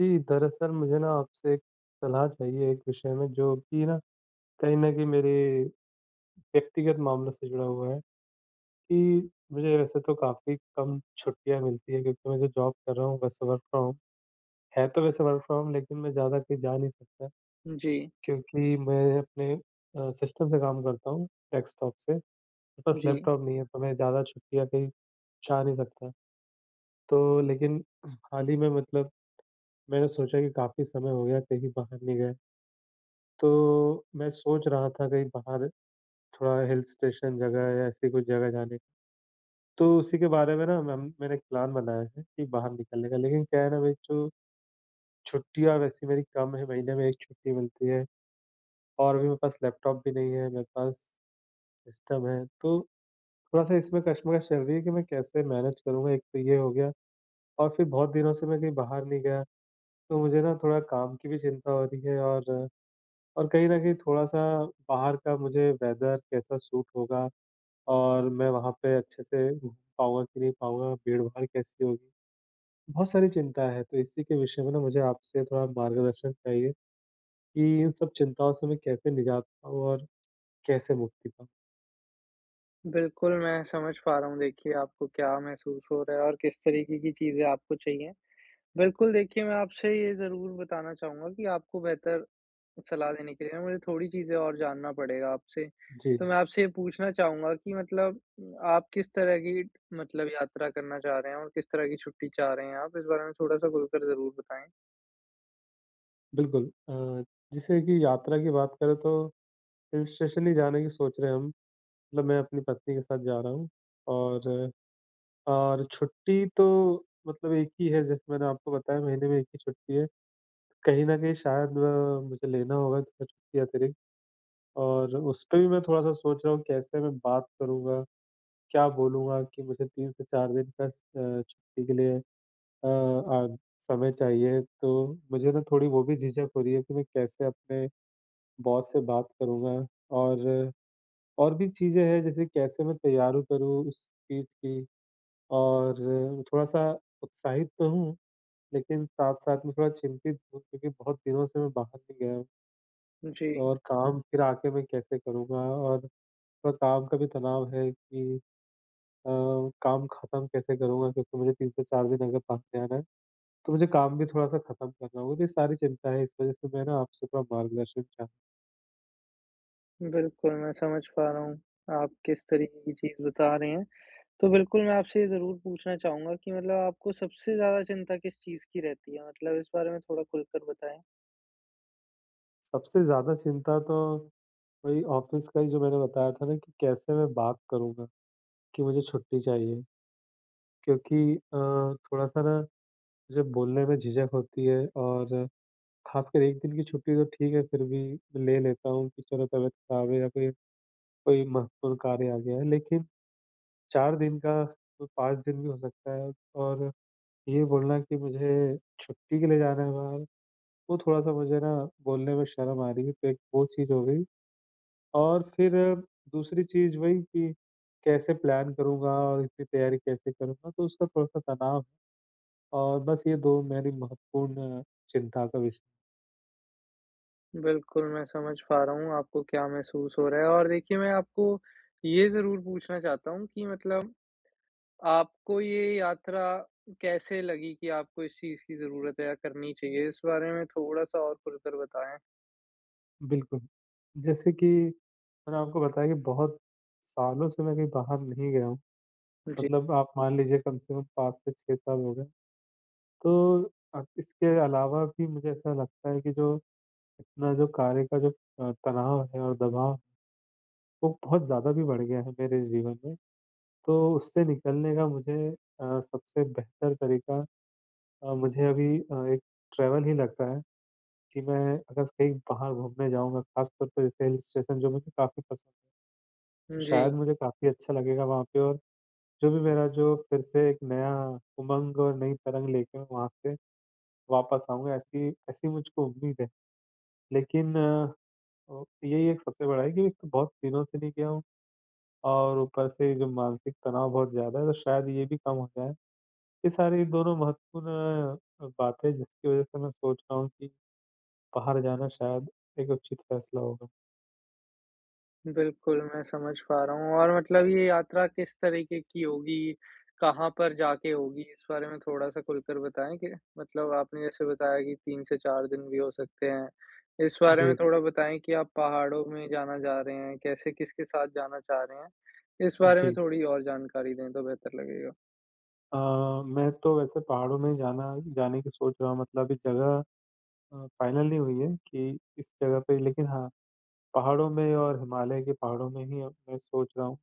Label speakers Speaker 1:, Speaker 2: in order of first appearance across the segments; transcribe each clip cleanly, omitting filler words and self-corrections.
Speaker 1: जी, दरअसल मुझे ना आपसे एक सलाह चाहिए एक विषय में जो कि ना कहीं न कहीं मेरे व्यक्तिगत मामलों से जुड़ा हुआ है कि मुझे वैसे तो काफ़ी कम छुट्टियाँ मिलती हैं क्योंकि मैं जो जॉब कर रहा हूँ वैसे वर्क फ्रॉम होम है। तो वैसे वर्क फ्रॉम होम, लेकिन मैं ज़्यादा कहीं जा नहीं सकता
Speaker 2: जी,
Speaker 1: क्योंकि मैं अपने सिस्टम से काम करता हूँ, डेस्कटॉप से। मेरे पास
Speaker 2: जी।
Speaker 1: लैपटॉप नहीं है, तो मैं ज़्यादा छुट्टियाँ कहीं जा नहीं सकता। तो लेकिन हाल ही में मतलब मैंने सोचा कि काफ़ी समय हो गया कहीं बाहर नहीं गया। तो मैं सोच रहा था कहीं बाहर थोड़ा हिल स्टेशन जगह या ऐसी कोई जगह जाने की। तो उसी के बारे में ना हम मैंने एक प्लान बनाया है कि बाहर निकलने का। लेकिन क्या है ना भाई, जो छुट्टियाँ वैसी मेरी कम है, महीने में 1 छुट्टी मिलती है और अभी मेरे पास लैपटॉप भी नहीं है, मेरे पास सिस्टम है। तो थोड़ा-सा इसमें कशमकश चल रही है कि मैं कैसे मैनेज करूँगा? एक तो ये हो गया और फिर बहुत दिनों से मैं कहीं बाहर नहीं गया। तो मुझे ना थोड़ा काम की भी चिंता हो रही है और कहीं न कहीं थोड़ा-सा बाहर का मुझे वेदर कैसा सूट होगा और मैं वहाँ पे अच्छे से घूम पाऊँगा कि नहीं पाऊँगा, भीड़-भाड़ कैसी होगी? बहुत सारी चिंता है, तो इसी के विषय में ना मुझे आपसे थोड़ा मार्गदर्शन चाहिए कि इन सब चिंताओं से मैं कैसे निजात पाऊँ और कैसे मुक्ति पाऊँ?
Speaker 2: बिल्कुल, मैं समझ पा रहा हूँ देखिए आपको क्या महसूस हो रहा है और किस तरीके की चीज़ें आपको चाहिए। बिल्कुल देखिए, मैं आपसे ये ज़रूर बताना चाहूँगा कि आपको बेहतर सलाह देने के लिए मुझे थोड़ी चीज़ें और जानना पड़ेगा आपसे।
Speaker 1: जी,
Speaker 2: तो
Speaker 1: जी।
Speaker 2: मैं आपसे ये पूछना चाहूँगा कि मतलब आप किस तरह की मतलब यात्रा करना चाह रहे हैं और किस तरह की छुट्टी चाह रहे हैं आप? इस बारे में थोड़ा-सा खुलकर ज़रूर बताएँ।
Speaker 1: बिल्कुल। जैसे कि यात्रा की बात करें तो हिल स्टेशन ही जाने की सोच रहे हैं हम, मतलब मैं अपनी पत्नी के साथ जा रहा हूँ। और और छुट्टी तो मतलब एक ही है, जैसे मैंने आपको बताया महीने में एक ही छुट्टी है। कहीं न कहीं शायद मुझे लेना होगा थोड़ा छुट्टी अतिरिक्त। और उस पे भी मैं थोड़ा-सा सोच रहा हूँ कैसे मैं बात करूँगा, क्या बोलूँगा कि मुझे 3 से 4 दिन का स छुट्टी के लिए अ अ, समय चाहिए। तो मुझे ना थोड़ी वो भी झिझक हो रही है कि मैं कैसे अपने बॉस से बात करूँगा, और और भी चीज़ें हैं जैसे कैसे मैं तैयारी करूँ उस चीज़ की, और थोड़ा-सा उत्साहित तो हूँ, लेकिन साथ-साथ में थोड़ा चिंतित हूँ क्योंकि बहुत दिनों से मैं बाहर नहीं गया हूँ,
Speaker 2: जी,
Speaker 1: और काम फिर आके मैं कैसे करूँगा और थोड़ा काम का भी तनाव है कि अ, काम ख़त्म कैसे करूँगा, क्योंकि मुझे 3 से 4 दिन अगर भाग के आना है, तो मुझे काम भी थोड़ा-सा ख़त्म करना होगा। तो ये सारी चिंता है, इस वज़ह से मैं ना आपसे थोड़ा मार्गदर्शन चाह।
Speaker 2: बिल्कुल मैं समझ पा रहा हूँ, आप किस तरीके की चीज़ बता रहे हैं। तो बिल्कुल, मैं आपसे ये ज़रूर पूछना चाहूँगा कि मतलब आपको सबसे ज़्यादा चिंता किस चीज़ की रहती है? मतलब इस बारे में थोड़ा खुलकर बताएँ।
Speaker 1: सबसे ज़्यादा चिंता तो वही ऑफ़िस का ही, जो मैंने बताया था ना कि कैसे मैं बात करूँगा कि मुझे छुट्टी चाहिए, क्योंकि थोड़ा-सा ना मुझे बोलने में झिझक होती है और ख़ासकर 1 दिन की छुट्टी तो ठीक है, फिर भी ले लेता हूँ कि चलो तबीयत ख़राब है या फिर कोई महत्वपूर्ण कार्य आ गया है। लेकिन 4 दिन का, तो 5 दिन भी हो सकता है और ये बोलना कि मुझे छुट्टी के लिए जाना है बाहर, वो थोड़ा-सा मुझे ना बोलने में शर्म आ रही है, तो एक वो चीज़ हो गई। और फिर दूसरी चीज़ वही कि कैसे प्लान करूँगा और इतनी तैयारी कैसे करूँगा, तो उसका थोड़ा-सा तनाव है और बस ये 2 मेरी महत्वपूर्ण चिंता का विषय।
Speaker 2: बिल्कुल, मैं समझ पा रहा हूँ आपको क्या महसूस हो रहा है और देखिए मैं आपको ये ज़रूर पूछना चाहता हूँ कि मतलब आपको ये यात्रा कैसे लगी कि आपको इस चीज़ की ज़रूरत है या करनी चाहिए? इस बारे में थोड़ा-सा और खुलकर बताएँ।
Speaker 1: बिल्कुल। जैसे कि मैंने आपको बताया कि बहुत सालों से मैं कहीं बाहर नहीं गया हूँ,
Speaker 2: जी।
Speaker 1: मतलब आप मान लीजिए कम से कम 5 से 6 साल हो गए। तो इसके अलावा भी मुझे ऐसा लगता है कि जो इतना जो कार्य का जो तनाव है और दबाव, वो बहुत ज़्यादा भी बढ़ गया है मेरे जीवन में। तो उससे निकलने का मुझे सबसे बेहतर तरीका मुझे अभी एक ट्रैवल ही लगता है कि मैं अगर कहीं बाहर घूमने जाऊँगा, ख़ासतौर पे जैसे हिल स्टेशन जो मुझे काफ़ी पसंद है, तो
Speaker 2: जी।
Speaker 1: शायद मुझे काफ़ी अच्छा लगेगा वहाँ पे, और जो भी मेरा जो फिर से एक नया उमंग और नई तरंग लेके मैं वहाँ से वापस आऊँगा, ऐसी ऐसी मुझको उम्मीद है। लेकिन ओ यही एक सबसे बड़ा है कि एक तो बहुत दिनों से नहीं गया हूँ और ऊपर से जो मानसिक तनाव बहुत ज़्यादा है, तो शायद ये भी कम हो जाए। ये सारी दोनों महत्वपूर्ण बातें जिसकी वज़ह से मैं सोच रहा हूँ कि बाहर जाना शायद एक उचित फैसला होगा।
Speaker 2: बिल्कुल, मैं समझ पा रहा हूँ और मतलब ये यात्रा किस तरीके की होगी? कहाँ पर जाके होगी? इस बारे में थोड़ा-सा खुलकर बताएँ कि मतलब आपने जैसे बताया कि 3 से 4 दिन भी हो सकते हैं। इस बारे में
Speaker 1: जी,
Speaker 2: थोड़ा बताएँ कि आप पहाड़ों में जाना चाह रहे हैं? कैसे, किसके साथ जाना चाह रहे हैं? इस बारे में
Speaker 1: जी।
Speaker 2: थोड़ी और जानकारी दें तो बेहतर लगेगा।
Speaker 1: अ, मैं तो वैसे पहाड़ों में जाना जाने की सोच रहा हूँ, मतलब अभी जगह फाइनल नहीं हुई है कि इस जगह पे, लेकिन हाँ, पहाड़ों में और हिमालय के पहाड़ों में ही अब मैं सोच रहा हूँ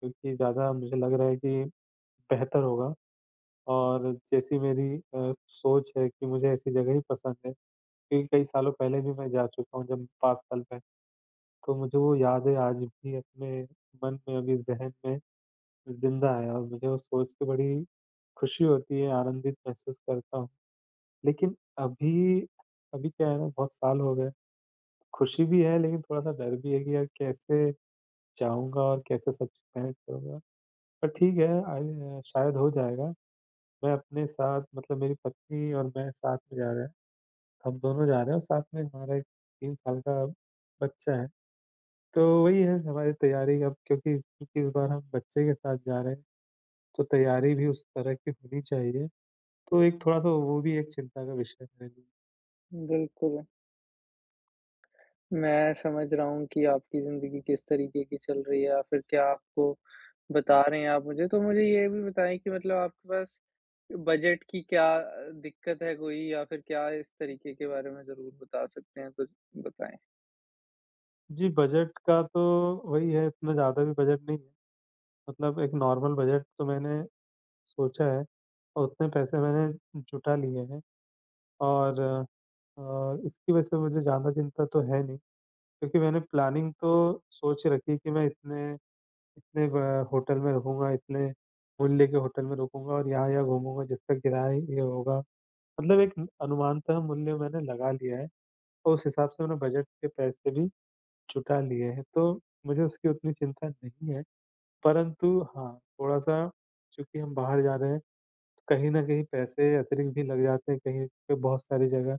Speaker 1: क्योंकि ज़्यादा मुझे लग रहा है कि बेहतर होगा। और जैसी मेरी सोच है कि मुझे ऐसी जगह ही पसंद है, क्योंकि कई सालों पहले भी मैं जा चुका हूँ, जब 5 साल पहले, तो मुझे वो यादें आज भी अपने मन में, अभी ज़हन में ज़िंदा है, और मुझे वो सोच के बड़ी खुशी होती है, आनंदित महसूस करता हूँ। लेकिन अभी अभी क्या है ना, बहुत साल हो गए, खुशी भी है लेकिन थोड़ा-सा डर भी है कि यार कैसे जाऊँगा और कैसे सब चीज़ मैनेज करूँगा? पर ठीक है, आय शायद हो जाएगा। मैं अपने साथ मतलब मेरी पत्नी और मैं साथ में जा रहे हैं। हम दोनों जा रहे हैं और साथ में हमारा एक 3 साल का बच्चा है। तो वही है हमारी तैयारी अब, क्योंकि क्योंकि इस बार हम बच्चे के साथ जा रहे हैं, तो तैयारी भी उस तरह की होनी चाहिए। तो एक थोड़ा-सा वो भी एक चिंता का विषय है मेरे लिए।
Speaker 2: बिल्कुल। मैं समझ रहा हूँ कि आपकी ज़िंदगी किस तरीके की चल रही है या फिर क्या आपको बता रहे हैं आप मुझे। तो मुझे ये भी बताएँ कि मतलब आपके पास बजट की क्या दिक्कत है कोई, या फिर क्या इस तरीके के बारे में ज़रूर बता सकते हैं, तो बताएँ?
Speaker 1: जी, बजट का तो वही है, इतना ज़्यादा भी बजट नहीं है। मतलब एक नॉर्मल बजट तो मैंने सोचा है और उतने पैसे मैंने जुटा लिए हैं और अ, इसकी वजह से मुझे ज़्यादा चिंता तो है नहीं, क्योंकि मैंने प्लानिंग तो सोच रखी है कि मैं इतने इतने ब होटल में रुकूँगा, इतने मूल्य के होटल में रुकूँगा और यहाँ-यहाँ घूमूँगा, जिसका किराया ये होगा। मतलब एक अनुमानतः मूल्य मैंने लगा लिया है और उस हिसाब से मैंने बजट के पैसे भी जुटा लिए हैं। तो मुझे उसकी उतनी चिंता नहीं है, परंतु हाँ, थोड़ा-सा चूँकि हम बाहर जा रहे हैं, कहीं न कहीं पैसे अतिरिक्त भी लग जाते हैं कहीं पे बहुत सारी जगह,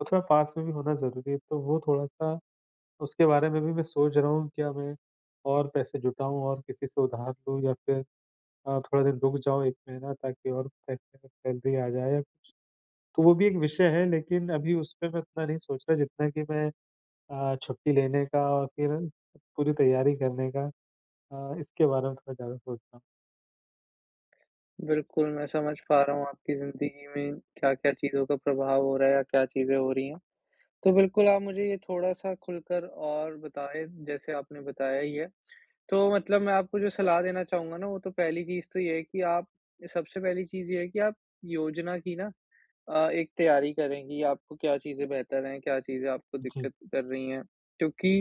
Speaker 1: और थोड़ा पास में भी होना ज़रूरी है। तो वो थोड़ा-सा उसके बारे में भी मैं सोच रहा हूँ, क्या मैं और पैसे जुटाऊँ और किसी से उधार लूँ, या फिर थोड़ा दिन रुक जाओ 1 महीना ताकि और पैसे में सैलरी आ जाए या कुछ। तो वो भी एक विषय है, लेकिन अभी उस पे मैं इतना नहीं सोच रहा जितना कि मैं छुट्टी लेने का और फिर पूरी तैयारी करने का, इसके बारे में थोड़ा ज़्यादा सोच रहा हूँ।
Speaker 2: बिल्कुल, मैं समझ पा रहा हूँ आपकी ज़िंदगी में क्या-क्या चीज़ों का प्रभाव हो रहा है या क्या चीज़ें हो रही हैं। तो बिल्कुल आप मुझे ये थोड़ा-सा खुलकर और बताएँ, जैसे आपने बताया ही है। तो मतलब मैं आपको जो सलाह देना चाहूँगा ना, वो तो पहली चीज़ तो ये है कि आप सबसे पहली चीज़ ये है कि आप योजना की ना एक तैयारी करें कि आपको क्या चीज़ें बेहतर हैं, क्या चीज़ें आपको
Speaker 1: जी,
Speaker 2: दिक्कत कर रही हैं। क्योंकि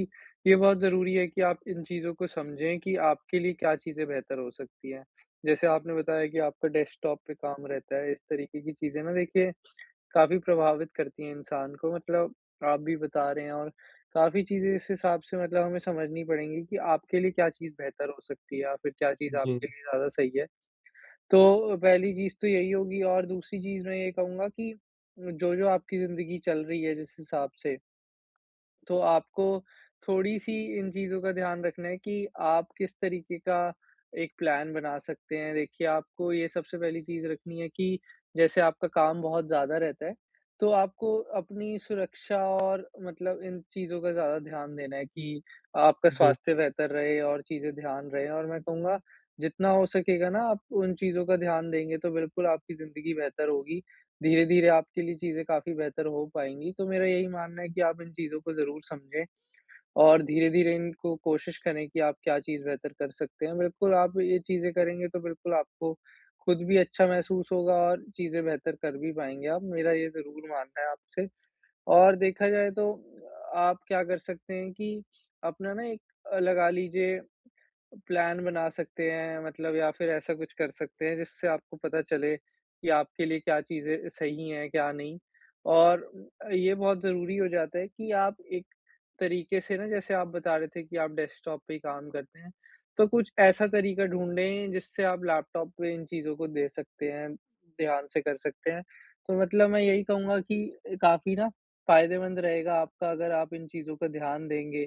Speaker 2: ये बहुत ज़रूरी है कि आप इन चीज़ों को समझें कि आपके लिए क्या चीज़ें बेहतर हो सकती हैं। जैसे आपने बताया कि आपका डेस्कटॉप पे काम रहता है, इस तरीके की चीज़ें ना देखिए काफ़ी प्रभावित करती हैं इंसान को। मतलब आप भी बता रहे हैं, और काफ़ी चीज़ें इस हिसाब से मतलब हमें समझनी पड़ेंगी कि आपके लिए क्या चीज़ बेहतर हो सकती है या फिर क्या चीज़
Speaker 1: जी,
Speaker 2: आपके लिए ज़्यादा सही है। तो पहली चीज़ तो यही होगी, और दूसरी चीज़ मैं ये कहूँगा कि जो-जो आपकी ज़िंदगी चल रही है जिस हिसाब से, तो आपको थोड़ी-सी इन चीज़ों का ध्यान रखना है कि आप किस तरीके का एक प्लान बना सकते हैं। देखिए, आपको ये सबसे पहली चीज़ रखनी है कि जैसे आपका काम बहुत ज़्यादा रहता है, तो आपको अपनी सुरक्षा और मतलब इन चीज़ों का ज़्यादा ध्यान देना है कि आपका
Speaker 1: जी, जी,
Speaker 2: स्वास्थ्य बेहतर रहे और चीज़ें ध्यान रहे। और मैं कहूँगा, जितना हो सकेगा ना आप उन चीज़ों का ध्यान देंगे तो बिल्कुल आपकी ज़िंदगी बेहतर होगी, धीरे-धीरे आपके लिए चीज़ें काफ़ी बेहतर हो पाएँगी। तो मेरा यही मानना है कि आप इन चीज़ों को ज़रूर समझें और धीरे-धीरे इनको कोशिश करें कि आप क्या चीज़ बेहतर कर सकते हैं। बिल्कुल, आप ये चीज़ें करेंगे तो बिल्कुल आपको खुद भी अच्छा महसूस होगा और चीज़ें बेहतर कर भी पाएँगे आप। मेरा ये ज़रूर मानना है आपसे। और देखा जाए तो आप क्या कर सकते हैं कि अपना ना एक, लगा लीजिए प्लान बना सकते हैं मतलब, या फिर ऐसा कुछ कर सकते हैं जिससे आपको पता चले कि आपके लिए क्या चीज़ें सही हैं, क्या नहीं। और ये बहुत ज़रूरी हो जाता है कि आप एक तरीके से ना जैसे आप बता रहे थे कि आप डेस्कटॉप पे ही काम करते हैं, तो कुछ ऐसा तरीका ढूँढें जिससे आप लैपटॉप पे इन चीज़ों को दे सकते हैं, ध्यान से कर सकते हैं। तो मतलब मैं यही कहूँगा कि काफ़ी ना फ़ायदेमंद रहेगा आपका, अगर आप इन चीज़ों का ध्यान देंगे,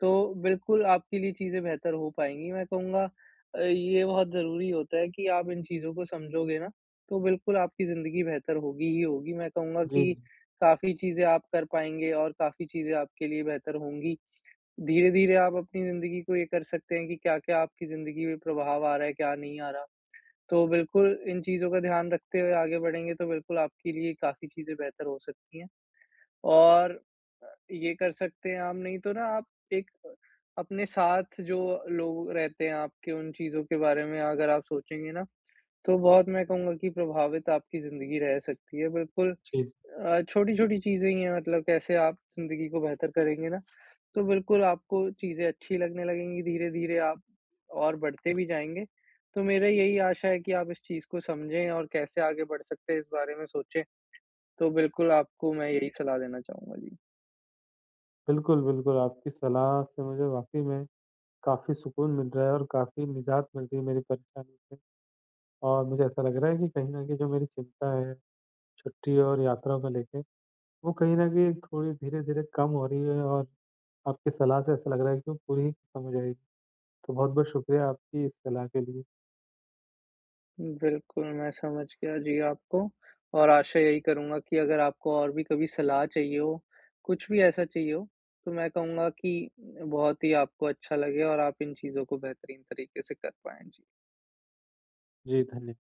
Speaker 2: तो बिल्कुल आपके लिए चीज़ें बेहतर हो पाएँगी। मैं कहूँगा, ये बहुत ज़रूरी होता है कि आप इन चीज़ों को समझोगे ना, तो बिल्कुल आपकी ज़िंदगी बेहतर होगी ही होगी। मैं कहूँगा
Speaker 1: जी,
Speaker 2: कि काफ़ी चीज़ें आप कर पाएँगे और काफ़ी चीज़ें आपके लिए बेहतर होंगी। धीरे-धीरे आप अपनी ज़िंदगी को ये कर सकते हैं कि क्या-क्या आपकी ज़िंदगी में प्रभाव आ रहा है, क्या नहीं आ रहा। तो बिल्कुल इन चीज़ों का ध्यान रखते हुए आगे बढ़ेंगे तो बिल्कुल आपके लिए काफ़ी चीज़ें बेहतर हो सकती हैं। और ये कर सकते हैं हम, नहीं तो ना आप एक अपने साथ जो लोग रहते हैं आपके, उन चीज़ों के बारे में अगर आप सोचेंगे ना, तो बहुत मैं कहूँगा कि प्रभावित आपकी ज़िंदगी रह सकती है। बिल्कुल,
Speaker 1: जी, जी।
Speaker 2: छोटी-छोटी चीज़ें ही हैं मतलब, कैसे आप ज़िंदगी को बेहतर करेंगे ना, तो बिल्कुल आपको चीज़ें अच्छी लगने लगेंगी, धीरे-धीरे आप और बढ़ते भी जाएँगे। तो मेरा यही आशा है कि आप इस चीज़ को समझें और कैसे आगे बढ़ सकते हैं इस बारे में सोचें, तो बिल्कुल आपको मैं यही सलाह देना चाहूँगा। जी।
Speaker 1: बिल्कुल, बिल्कुल, आपकी सलाह से मुझे वाक़ई में काफ़ी सुकून मिल रहा है और काफ़ी निजात मिल रही है मेरी परेशानी से, और मुझे ऐसा लग रहा है कि कहीं न कहीं जो मेरी चिंता है, छुट्टी और यात्रा को लेके, वो कहीं न कहीं थोड़ी धीरे-धीरे कम हो रही है, और आपकी सलाह से ऐसा लग रहा है कि वो पूरी ही खत्म हो जाएगी। तो बहुत-बहुत शुक्रिया आपकी इस सलाह के लिए।
Speaker 2: बिल्कुल, मैं समझ गया जी आपको। और आशा यही करूँगा कि अगर आपको और भी कभी सलाह चाहिए हो, कुछ भी ऐसा चाहिए हो, तो मैं कहूँगा कि बहुत ही आपको अच्छा लगे और आप इन चीज़ों को बेहतरीन तरीके से कर पाएँ। जी।
Speaker 1: जी, धन्य